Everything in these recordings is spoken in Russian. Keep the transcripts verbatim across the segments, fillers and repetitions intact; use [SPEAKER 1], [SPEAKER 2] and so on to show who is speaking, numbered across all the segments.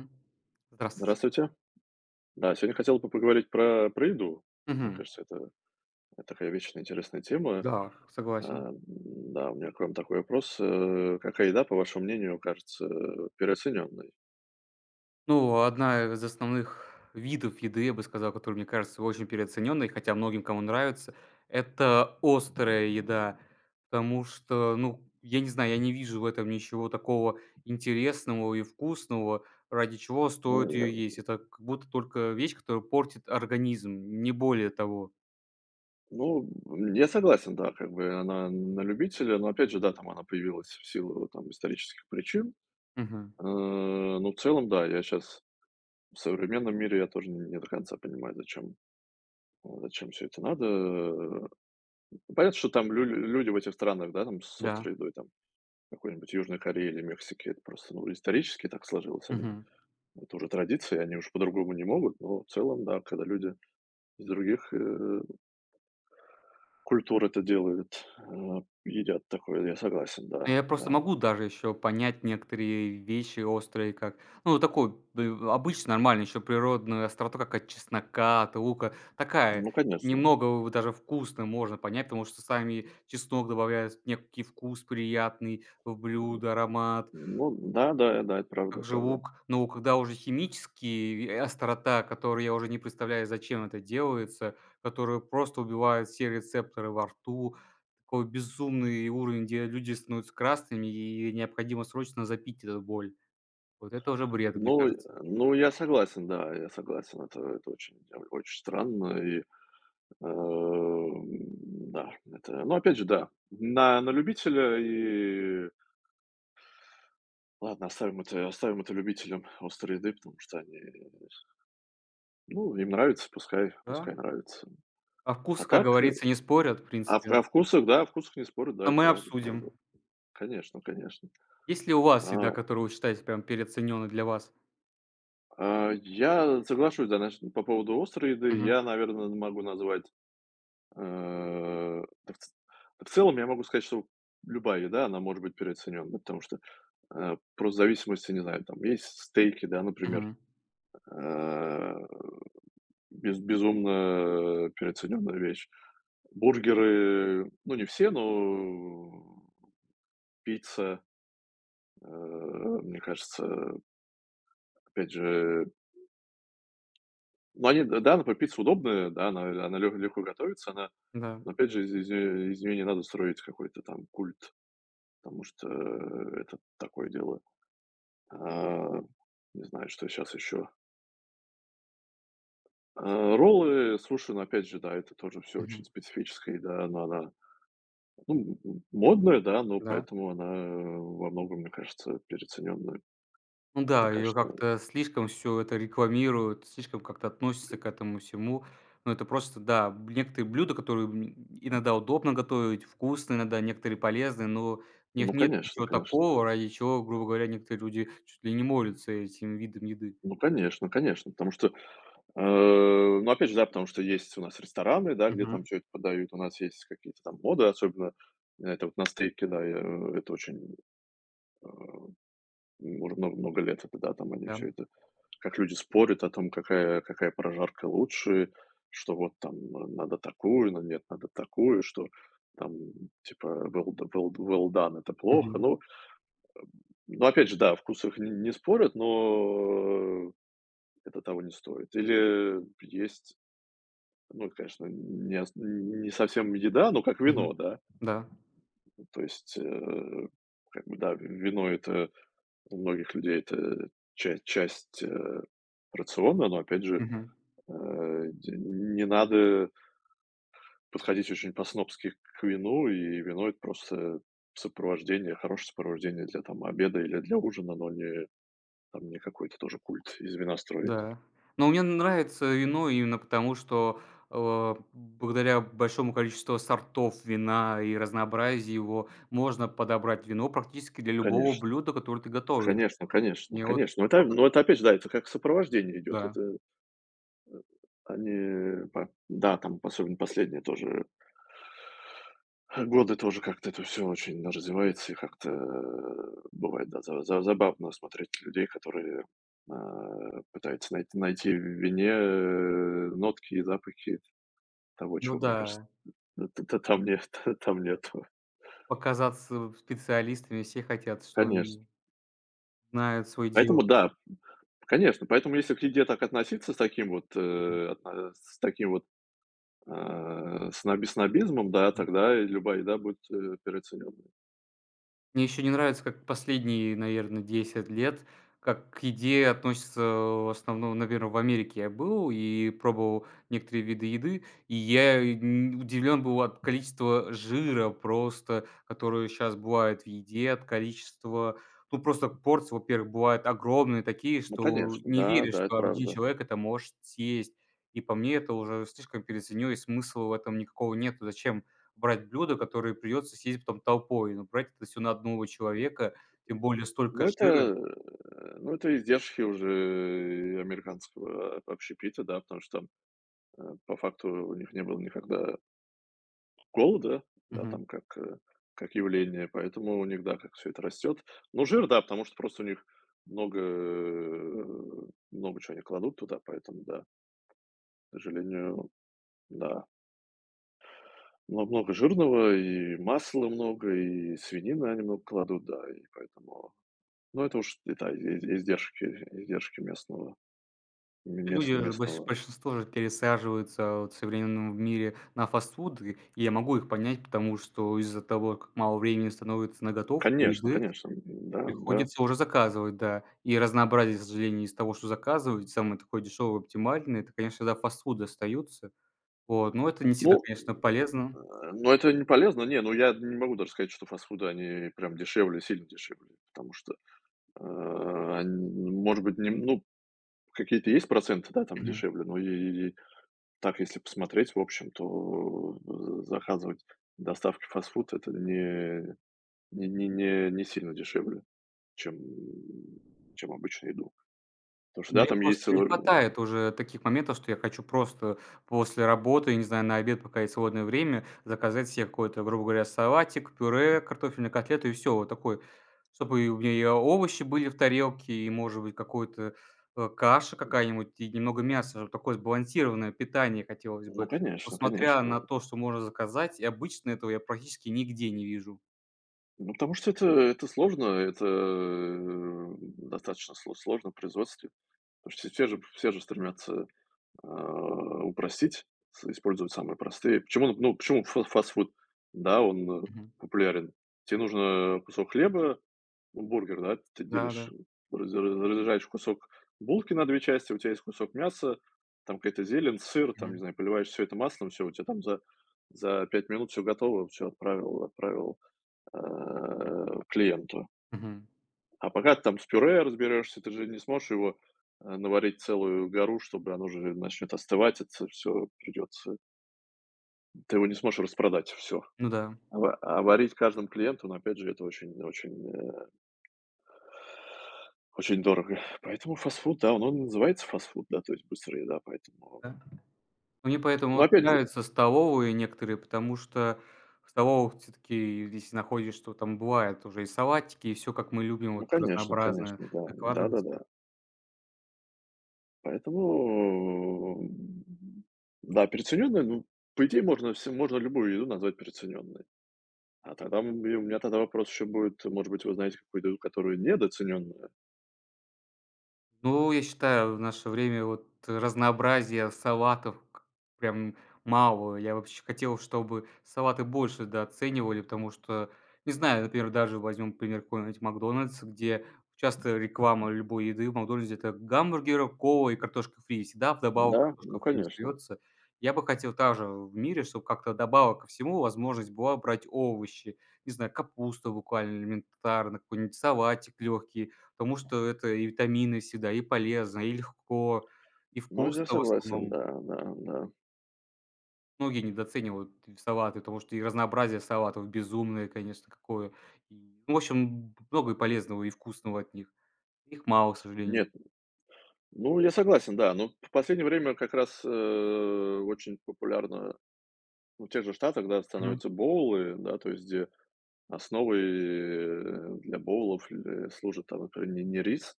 [SPEAKER 1] М. Здравствуйте.
[SPEAKER 2] Здравствуйте. Да, сегодня хотел бы поговорить про про еду. Мне
[SPEAKER 1] Мгм.
[SPEAKER 2] кажется, это это такая вечно интересная тема.
[SPEAKER 1] Да, согласен.
[SPEAKER 2] А, м, да, у меня к вам такой вопрос. Э, какая еда, по вашему мнению, кажется э, переоцененной?
[SPEAKER 1] Ну, одна из основных видов еды, я бы сказал, которая, мне кажется, очень переоцененной, хотя многим кому нравится, это острая еда. Потому что, ну, я не знаю, я не вижу в этом ничего такого интересного и вкусного, ради чего
[SPEAKER 2] Ну,
[SPEAKER 1] стоит
[SPEAKER 2] я
[SPEAKER 1] ее есть. Это как будто только вещь, которая портит организм, не более того.
[SPEAKER 2] ну, я согласен, да, как бы она на любителя, но опять же, да, там она появилась в силу там исторических причин.
[SPEAKER 1] Мгм.
[SPEAKER 2] Э, но в целом, да, я сейчас в современном мире я тоже не до конца понимаю, зачем, э, зачем все это надо. Э, Понятно, что там лю люди в этих странах, да, там с
[SPEAKER 1] Да.
[SPEAKER 2] острой едой там какой-нибудь Южной Кореи или Мексики. Это просто, ну, исторически так сложилось. Они
[SPEAKER 1] Мгм.
[SPEAKER 2] это уже традиции, они уж по-другому не могут. Но в целом, да, когда люди из других, э, культур это делают, э, едят такое, я согласен, да,
[SPEAKER 1] Ну, я просто
[SPEAKER 2] да.
[SPEAKER 1] могу даже еще понять некоторые вещи острые, как, ну, такой бы обычный, нормальный еще природную остроту, как от чеснока, от лука. Такая,
[SPEAKER 2] Ну, конечно.
[SPEAKER 1] немного в даже вкусно можно понять, потому что сами чеснок добавляет некий вкус приятный в блюдо, аромат.
[SPEAKER 2] Ну да, да, да, это правда,
[SPEAKER 1] Как же
[SPEAKER 2] правда.
[SPEAKER 1] лук? Ну, когда уже химический, э, острота, которую я уже не представляю, зачем это делается, которая просто убивают все рецепторы во рту. Такой безумный уровень, где люди становятся красными, и необходимо срочно запить эту боль. Вот это уже бред, мне
[SPEAKER 2] Ну, э,
[SPEAKER 1] кажется.
[SPEAKER 2] ну, я согласен, да, я согласен. Это это очень очень странно и, эм, да, это, ну, опять же, да, на на любителя и ладно, оставим это оставим это любителям острой еды, потому что они, ну, им нравится, пускай
[SPEAKER 1] Да?
[SPEAKER 2] пускай нравится.
[SPEAKER 1] О
[SPEAKER 2] А
[SPEAKER 1] вкусах, как
[SPEAKER 2] так, э,
[SPEAKER 1] говорится, не спорят, в
[SPEAKER 2] а в а
[SPEAKER 1] принципе.
[SPEAKER 2] о вкусах, да, о вкусах не спорят, да,
[SPEAKER 1] Но
[SPEAKER 2] это
[SPEAKER 1] мы
[SPEAKER 2] правда, правда.
[SPEAKER 1] обсудим.
[SPEAKER 2] Конечно, конечно.
[SPEAKER 1] Есть ли у вас
[SPEAKER 2] А,
[SPEAKER 1] еда, которую вы считаете прям переоцененной для вас?
[SPEAKER 2] а, я соглашусь, да, значит, по поводу острой еды.
[SPEAKER 1] Мгм.
[SPEAKER 2] Я, наверное, могу назвать, э, да в ц да в целом я могу сказать, что любая еда, она может быть переоценена, потому что, э, просто в зависимости, не знаю, там есть стейки, да, например,
[SPEAKER 1] Мгм.
[SPEAKER 2] э, без безумно переоцененная вещь. Бургеры, ну, не все, но пицца, э, мне кажется, опять же, ну, они, д- да, например, пицца удобная, да, она она лё легко готовится, она,
[SPEAKER 1] Да.
[SPEAKER 2] но опять же из из неё из неё не надо строить какой-то там культ, потому что э, это такое дело. А, Не знаю, что сейчас еще. А, роллы, слушай, ну, опять же, да, это тоже все очень
[SPEAKER 1] Мгм.
[SPEAKER 2] специфическая еда, но она, ну, м модная, да, но
[SPEAKER 1] Да.
[SPEAKER 2] поэтому она э, во многом, мне кажется, переоцененная.
[SPEAKER 1] Ну
[SPEAKER 2] Это,
[SPEAKER 1] да, ее
[SPEAKER 2] конечно
[SPEAKER 1] как-то слишком все это рекламируют, слишком как-то относятся к этому всему. Но это просто, да, б некоторые блюда, которые, м, иногда удобно готовить, вкусные иногда, некоторые полезные, но в
[SPEAKER 2] Ну,
[SPEAKER 1] них нет
[SPEAKER 2] конечно,
[SPEAKER 1] ничего
[SPEAKER 2] конечно.
[SPEAKER 1] такого, ради чего, грубо говоря, некоторые люди чуть ли не молятся этим видом еды.
[SPEAKER 2] Ну, конечно, конечно, потому что, э, ну, опять же, да, потому что есть у нас рестораны, да, где там
[SPEAKER 1] Мгм.
[SPEAKER 2] всё это подают, у нас есть какие-то там моды, особенно это вот на стейке, да, я, э, это очень м, уже много много лет, это да, там они
[SPEAKER 1] Да.
[SPEAKER 2] все это как люди спорят о том, какая какая прожарка лучше, что вот там э, надо такую, но нет, надо такую, что там типа well d well well done- это плохо.
[SPEAKER 1] Мгм.
[SPEAKER 2] Ну ну, опять же, да, о вкусах не не спорят, но это того не стоит. Или есть, ну, конечно, не ос не совсем еда, но как
[SPEAKER 1] Мгм.
[SPEAKER 2] вино, да.
[SPEAKER 1] Да.
[SPEAKER 2] То есть, э, как бы, да, вино — это у многих людей это часть часть, э, рациона, но, опять же,
[SPEAKER 1] Мгм.
[SPEAKER 2] э, де не надо подходить очень по-снобски к вину, и вино — это просто сопровождение, хорошее сопровождение для, там, обеда или для ужина, но не, там, не какой-то тоже культ из вина строить.
[SPEAKER 1] Да. Но мне нравится вино именно потому, что, э, благодаря большому количеству сортов вина и разнообразию его можно подобрать вино практически для любого
[SPEAKER 2] Конечно.
[SPEAKER 1] блюда, которое ты готовишь.
[SPEAKER 2] Конечно, конечно,
[SPEAKER 1] Мне вот
[SPEAKER 2] конечно. Но это
[SPEAKER 1] только
[SPEAKER 2] но это опять же, да, это как сопровождение идет.
[SPEAKER 1] да.
[SPEAKER 2] Это, они, по да, там, особенно последние тоже годы тоже как-то это все очень развивается и как-то, э, бывает, да, за за забавно смотреть людей, которые, а, пытаются найти найти в вине, э, нотки и запахи того,
[SPEAKER 1] Ну
[SPEAKER 2] чего, мне кажется,
[SPEAKER 1] да,
[SPEAKER 2] т т т- там нет там нет.
[SPEAKER 1] показаться специалистами все хотят, что
[SPEAKER 2] Конечно.
[SPEAKER 1] они знают свое дело.
[SPEAKER 2] Поэтому да, конечно, поэтому если к еде так относиться с таким вот, э, отно с таким вот Э, сноби снобизмом, да, тогда и любая еда будет, э, переоцененной.
[SPEAKER 1] Мне еще не нравится, как последние, наверное, десять лет, как к еде относятся, в основном, наверное, в Америке я был и пробовал некоторые виды еды, и я удивлен был от количества жира просто, которое сейчас бывает в еде, от количества ну, просто порции, во-первых, бывают огромные такие,
[SPEAKER 2] Ну,
[SPEAKER 1] что
[SPEAKER 2] конечно,
[SPEAKER 1] не
[SPEAKER 2] да,
[SPEAKER 1] веришь,
[SPEAKER 2] да, это
[SPEAKER 1] что один
[SPEAKER 2] правда.
[SPEAKER 1] человек это может съесть. И по мне, это уже слишком переоценилось, смысла в этом никакого нету. Зачем брать блюда, которые придется съесть потом толпой, но брать это все на одного человека, тем более столько
[SPEAKER 2] Но это,
[SPEAKER 1] жира.
[SPEAKER 2] э, ну, это издержки уже и американского, э, общепита, да, потому что там, э, по факту у них не было никогда голода, да,
[SPEAKER 1] Мгм.
[SPEAKER 2] там как, э, как явление, поэтому у них, да, как все это растет. Ну, жир, да, потому что просто у них много, э, много чего они кладут туда, поэтому да, к сожалению, да. Но много жирного, и масла много, и свинины они много кладут, да, и поэтому ну, это уж, и да, и и издержки издержки местного м мест
[SPEAKER 1] Люди же, больш
[SPEAKER 2] местного.
[SPEAKER 1] большинство же пересаживаются вот в современном мире на фастфуды, и я могу их понять, потому что из-за того, как мало времени становится на готовку
[SPEAKER 2] Конечно,
[SPEAKER 1] еды,
[SPEAKER 2] конечно, да, да.
[SPEAKER 1] приходится уже заказывать, да. И разнообразие, к сожалению, из того, что заказывают, самое такое дешевое, оптимальное, это, конечно, да, фастфуды остаются. Вот, но это не всегда,
[SPEAKER 2] Ну,
[SPEAKER 1] конечно, полезно.
[SPEAKER 2] э, но это не полезно. Не, ну я не могу даже сказать, что фастфуды, они прям дешевле, сильно дешевле, потому что, э, они, может быть, не ну, какие-то есть проценты, да, там дешевле, но и и и так, если посмотреть, в общем, то э, заказывать доставки фастфуд — это не Не не не не сильно дешевле, чем чем обычно еду. Потому что,
[SPEAKER 1] Ну,
[SPEAKER 2] да,
[SPEAKER 1] мне
[SPEAKER 2] там есть
[SPEAKER 1] просто не
[SPEAKER 2] свой
[SPEAKER 1] хватает уже таких моментов, что я хочу просто после работы, не знаю, на обед, пока есть свободное время, заказать себе какой-то, грубо говоря, салатик, пюре, картофельные котлеты и все. Вот такой, чтобы и у меня и овощи были в тарелке, и, может быть, какой-то, э, каша какая-нибудь, и немного мяса. Вот такое сбалансированное питание хотелось
[SPEAKER 2] ну,
[SPEAKER 1] бы. Но
[SPEAKER 2] конечно,
[SPEAKER 1] смотря
[SPEAKER 2] конечно.
[SPEAKER 1] на то, что можно заказать, и обычно этого я практически нигде не вижу.
[SPEAKER 2] Ну, потому что это это сложно, это, э, достаточно сло сложно в производстве. Потому что все же все же стремятся, а, упростить, с использовать самые простые. Почему, ну, почему фа фастфуд, да, он э,
[SPEAKER 1] Мгм.
[SPEAKER 2] популярен? Тебе нужно кусок хлеба. Ну, бургер, да, ты делишь,
[SPEAKER 1] Да-да.
[SPEAKER 2] раз раз- разрезаешь кусок булки на две части, у тебя есть кусок мяса, там какая-то зелень, сыр, там, не
[SPEAKER 1] Мгм.
[SPEAKER 2] знаю, поливаешь все это маслом, все у тебя там за за пять минут все готово, все отправил отправил, э, клиенту.
[SPEAKER 1] Мгм.
[SPEAKER 2] А пока ты там с пюре разберёшься, ты же не сможешь его, э, наварить целую гору, чтобы оно же начнет остывать, это всё придётся, ты его не сможешь распродать все,
[SPEAKER 1] Ну да.
[SPEAKER 2] А ва а варить каждому клиенту, ну, опять же, это очень очень, э, очень дорого. Поэтому фастфуд, да, он он и называется фастфуд, да, то есть быстрая еда, поэтому
[SPEAKER 1] Да. Мне поэтому
[SPEAKER 2] ну,
[SPEAKER 1] вот
[SPEAKER 2] опять же,
[SPEAKER 1] нравятся столовые некоторые, потому что в столовых все таки если находишь, что там бывает уже и салатики, и все как мы любим,
[SPEAKER 2] ну,
[SPEAKER 1] вот
[SPEAKER 2] конечно,
[SPEAKER 1] разнообразное
[SPEAKER 2] конечно, да.
[SPEAKER 1] накладывать.
[SPEAKER 2] Да-да-да. Поэтому, м, да, переоценённая, ну, по идее, можно все, можно любую еду назвать переоценённой. А тогда м и у меня тогда вопрос еще будет, может быть, вы знаете какую-то еду, которая недооценённая?
[SPEAKER 1] Ну, я считаю, в наше время вот разнообразия салатов к прям мало. Я вообще хотел, чтобы салаты больше дооценивали, потому что, не знаю, например, даже возьмем пример какой-нибудь «Макдональдс», где часто реклама любой еды в «Макдональдсе» — это гамбургеры, кола и картошка фри. И всегда вдобавок
[SPEAKER 2] Да, ну,
[SPEAKER 1] картошка фри
[SPEAKER 2] конечно.
[SPEAKER 1] остается. Я бы хотел также в мире, чтобы как-то добавок ко всему возможность была брать овощи. Не знаю, капуста буквально элементарно, какой-нибудь салатик легкий. Потому что это и витамины всегда, и полезно, и легко, и
[SPEAKER 2] Ну, я
[SPEAKER 1] вкусно в
[SPEAKER 2] согласен,
[SPEAKER 1] основном.
[SPEAKER 2] да, да, да.
[SPEAKER 1] Многие недооценивают и салаты, потому что и разнообразие салатов безумное, конечно, какое. И, ну, в общем, много и полезного, и вкусного от них. Их мало, к сожалению.
[SPEAKER 2] Нет, ну, я согласен, да, но в последнее время как раз, э, очень популярно, ну, в тех же Штатах, да,
[SPEAKER 1] Мгм.
[SPEAKER 2] становятся боулы, да, то есть где основой, э, для боулов ль служит там, например, не не рис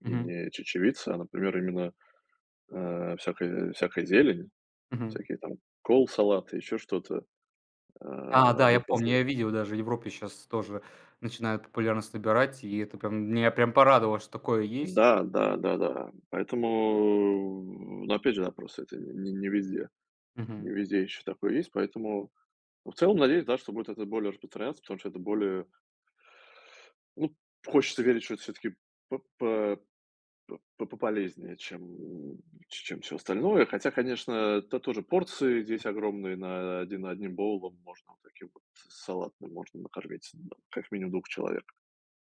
[SPEAKER 2] и
[SPEAKER 1] Мгм.
[SPEAKER 2] не чечевица, а, например, именно, э, всякая всякая зелень,
[SPEAKER 1] Мгм.
[SPEAKER 2] всякие там кол-салаты, еще что-то. Э,
[SPEAKER 1] А, да, я
[SPEAKER 2] ну,
[SPEAKER 1] помню,
[SPEAKER 2] после
[SPEAKER 1] я видел даже, в Европе сейчас тоже начинают популярность набирать, и это прям меня прям порадовало, что такое есть.
[SPEAKER 2] Да, да, да-да. Поэтому, ну опять же, да, просто это не не везде. Не
[SPEAKER 1] Мгм.
[SPEAKER 2] везде еще такое есть, поэтому, ну, в целом, надеюсь, да, что будет это более распространяться, потому что это более, ну, хочется верить, что это все-таки П по пополезнее, чем чем все остальное. Хотя, конечно, это тоже порции здесь огромные, на один одним боулом можно вот таким вот салатным можно накормить, да, как минимум двух человек,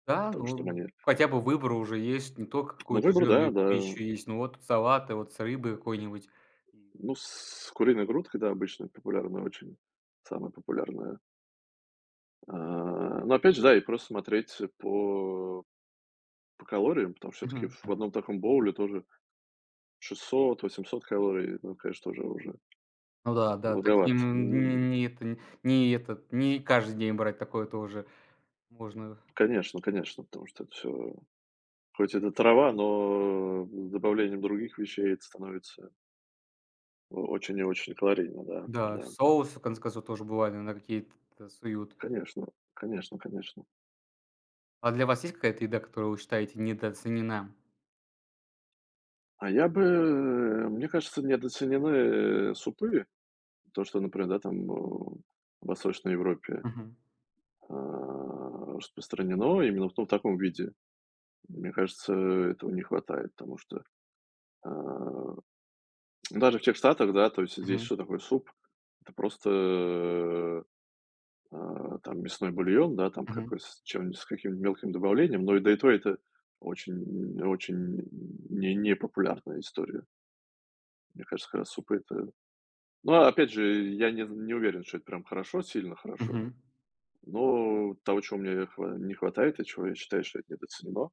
[SPEAKER 1] Да,
[SPEAKER 2] потому что там
[SPEAKER 1] ну,
[SPEAKER 2] они
[SPEAKER 1] хотя бы выбор уже есть, не только
[SPEAKER 2] ну,
[SPEAKER 1] какую-то
[SPEAKER 2] выбор, да,
[SPEAKER 1] жирную
[SPEAKER 2] да.
[SPEAKER 1] пищу есть, но вот салаты вот с рыбой какой-нибудь. И
[SPEAKER 2] Ну, с куриной грудкой, да, обычно популярная очень, самая популярная. А, но опять же, да, и просто смотреть по по калориям, потому что все таки
[SPEAKER 1] мгм.
[SPEAKER 2] в одном таком боуле тоже шестьсот восемьсот калорий. Ну, конечно, тоже уже
[SPEAKER 1] Ну да, да, таким
[SPEAKER 2] многовато. М.
[SPEAKER 1] н не это, не этот, не каждый день брать такое тоже можно.
[SPEAKER 2] Конечно, конечно, потому что это все хоть это трава, но с добавлением других вещей это становится очень и очень калорийно, да,
[SPEAKER 1] Да,
[SPEAKER 2] да.
[SPEAKER 1] соусы, в конце концов, тоже бывает на какие-то суют.
[SPEAKER 2] Конечно, конечно, конечно.
[SPEAKER 1] А для вас есть какая-то еда, которую вы считаете недооценена?
[SPEAKER 2] А я бы, э, мне кажется, недооценены супы. То, что, например, да, там, э, в Восточной Европе,
[SPEAKER 1] Мгм.
[SPEAKER 2] а, распространено именно в том в таком виде. Мне кажется, этого не хватает, потому что, а, даже в тех Штатах, да, то есть здесь
[SPEAKER 1] Мгм.
[SPEAKER 2] что такое суп? Это просто а, там мясной бульон, да, там
[SPEAKER 1] Мгм.
[SPEAKER 2] какой с чем с каким-нибудь мелким добавлением, но и да и то это очень очень не не популярная история. Мне кажется, как раз супы это. Ну, а опять же, я не не уверен, что это прям хорошо, сильно хорошо,
[SPEAKER 1] Мгм.
[SPEAKER 2] но того, чего мне хва не хватает и чего я считаю, что это недооценено,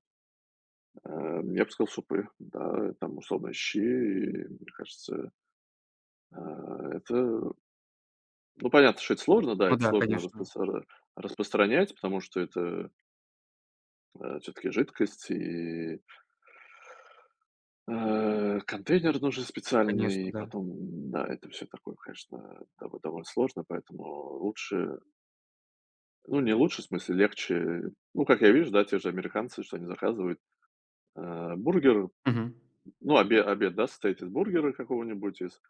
[SPEAKER 2] а, я бы сказал, супы, да, там, условно, щи, и мне кажется, а, это ну, понятно, что это сложно, да,
[SPEAKER 1] Ну
[SPEAKER 2] это
[SPEAKER 1] да,
[SPEAKER 2] сложно
[SPEAKER 1] конечно.
[SPEAKER 2] распро распространять, потому что это э, всё-таки жидкость и, э, контейнер нужен специальный.
[SPEAKER 1] Конечно,
[SPEAKER 2] И
[SPEAKER 1] да.
[SPEAKER 2] потом, да, это все такое, конечно, дово довольно сложно, поэтому лучше, ну, не лучше, в смысле, легче. Ну, как я вижу, да, те же американцы, что они заказывают, э, бургер,
[SPEAKER 1] Мгм.
[SPEAKER 2] ну, обед обед, да, состоит из бургера какого-нибудь, из,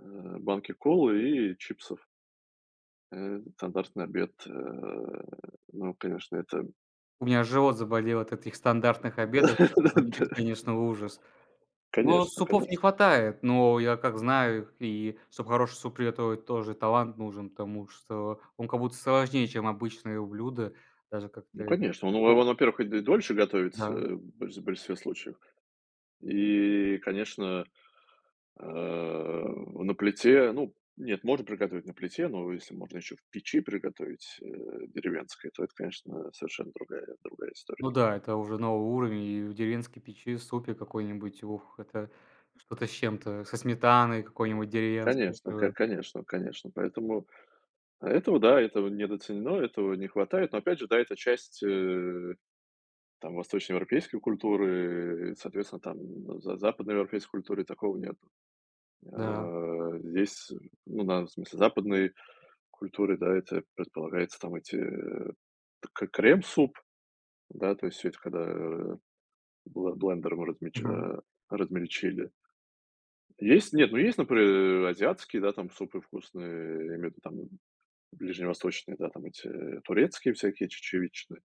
[SPEAKER 2] э, банки колы и чипсов. Э, стандартный обед. Э, ну, конечно, это
[SPEAKER 1] У меня живот заболел от этих стандартных обедов, как звучит, конечно, ужас. Ну,
[SPEAKER 2] конечно,
[SPEAKER 1] супов не
[SPEAKER 2] конечно.
[SPEAKER 1] хватает, но я как знаю, и чтобы хороший суп приготовить, тоже талант нужен, потому что он как будто сложнее, чем обычные блюда. Даже как
[SPEAKER 2] Ну,
[SPEAKER 1] ты.
[SPEAKER 2] конечно, он, во
[SPEAKER 1] О,
[SPEAKER 2] во-первых, и д дольше готовится,
[SPEAKER 1] да.
[SPEAKER 2] э, в больш в большинстве случаев. И, конечно, э, на плите, ну, нет, можно приготовить на плите, но если можно еще в печи приготовить, э, деревенской, то это, конечно, совершенно другая другая история.
[SPEAKER 1] Ну да, это уже новый уровень, и в деревенской печи супе какой-нибудь, ух, это что-то с чем-то, со сметаной какой-нибудь деревенской,
[SPEAKER 2] Конечно, ко
[SPEAKER 1] всё.
[SPEAKER 2] конечно, конечно. Поэтому этого, да, этого недооценено, этого не хватает. Но опять же, да, это часть, э, там восточноевропейской культуры, и, соответственно, там ну, за западноевропейской культуры такого нет.
[SPEAKER 1] Да.
[SPEAKER 2] Э, здесь, ну, на, в смысле, западной культуре, да, это предполагается там эти э, к- крем-суп, да, то есть всё это когда э, бле- блендером размеч-
[SPEAKER 1] Мгм.
[SPEAKER 2] э, размельчили. Есть, нет, ну есть, например, азиатские, да, там супы вкусные, я имею в виду там ближневосточные, да, там эти э, турецкие всякие чечевичные.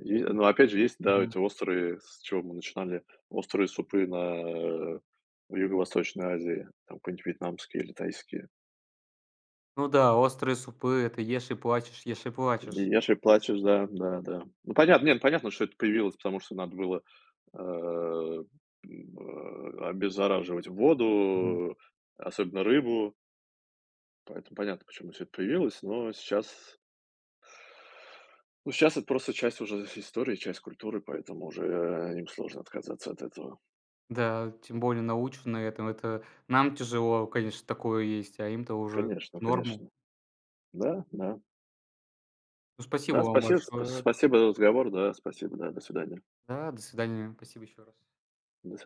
[SPEAKER 2] Е- но опять же есть, да,
[SPEAKER 1] Мгм.
[SPEAKER 2] эти острые, с чего мы начинали, острые супы на э, в Юго-Восточной Азии, там какой-нибудь вьетнамский или тайский.
[SPEAKER 1] Ну да, острые супы — это ешь и плачешь, ешь и плачешь.
[SPEAKER 2] Ешь и плачешь, да, да, да. Ну, понятно, нет, понятно, что это появилось, потому что надо было, э, м, э, обеззараживать
[SPEAKER 1] Мгм.
[SPEAKER 2] воду, особенно рыбу, поэтому понятно, почему всё это появилось, но сейчас ну, сейчас это просто часть уже истории, часть культуры, поэтому уже, э, им сложно отказаться от этого.
[SPEAKER 1] Да, тем более наученные этому. Это нам тяжело, конечно, такое есть, а им-то уже
[SPEAKER 2] Конечно,
[SPEAKER 1] норму.
[SPEAKER 2] конечно. Да, да.
[SPEAKER 1] Ну, спасибо
[SPEAKER 2] Да,
[SPEAKER 1] вам
[SPEAKER 2] спасибо, спа
[SPEAKER 1] большое.
[SPEAKER 2] спасибо за разговор, да, спасибо, да, до свидания.
[SPEAKER 1] Да, до свидания. Спасибо еще раз.
[SPEAKER 2] До свидания.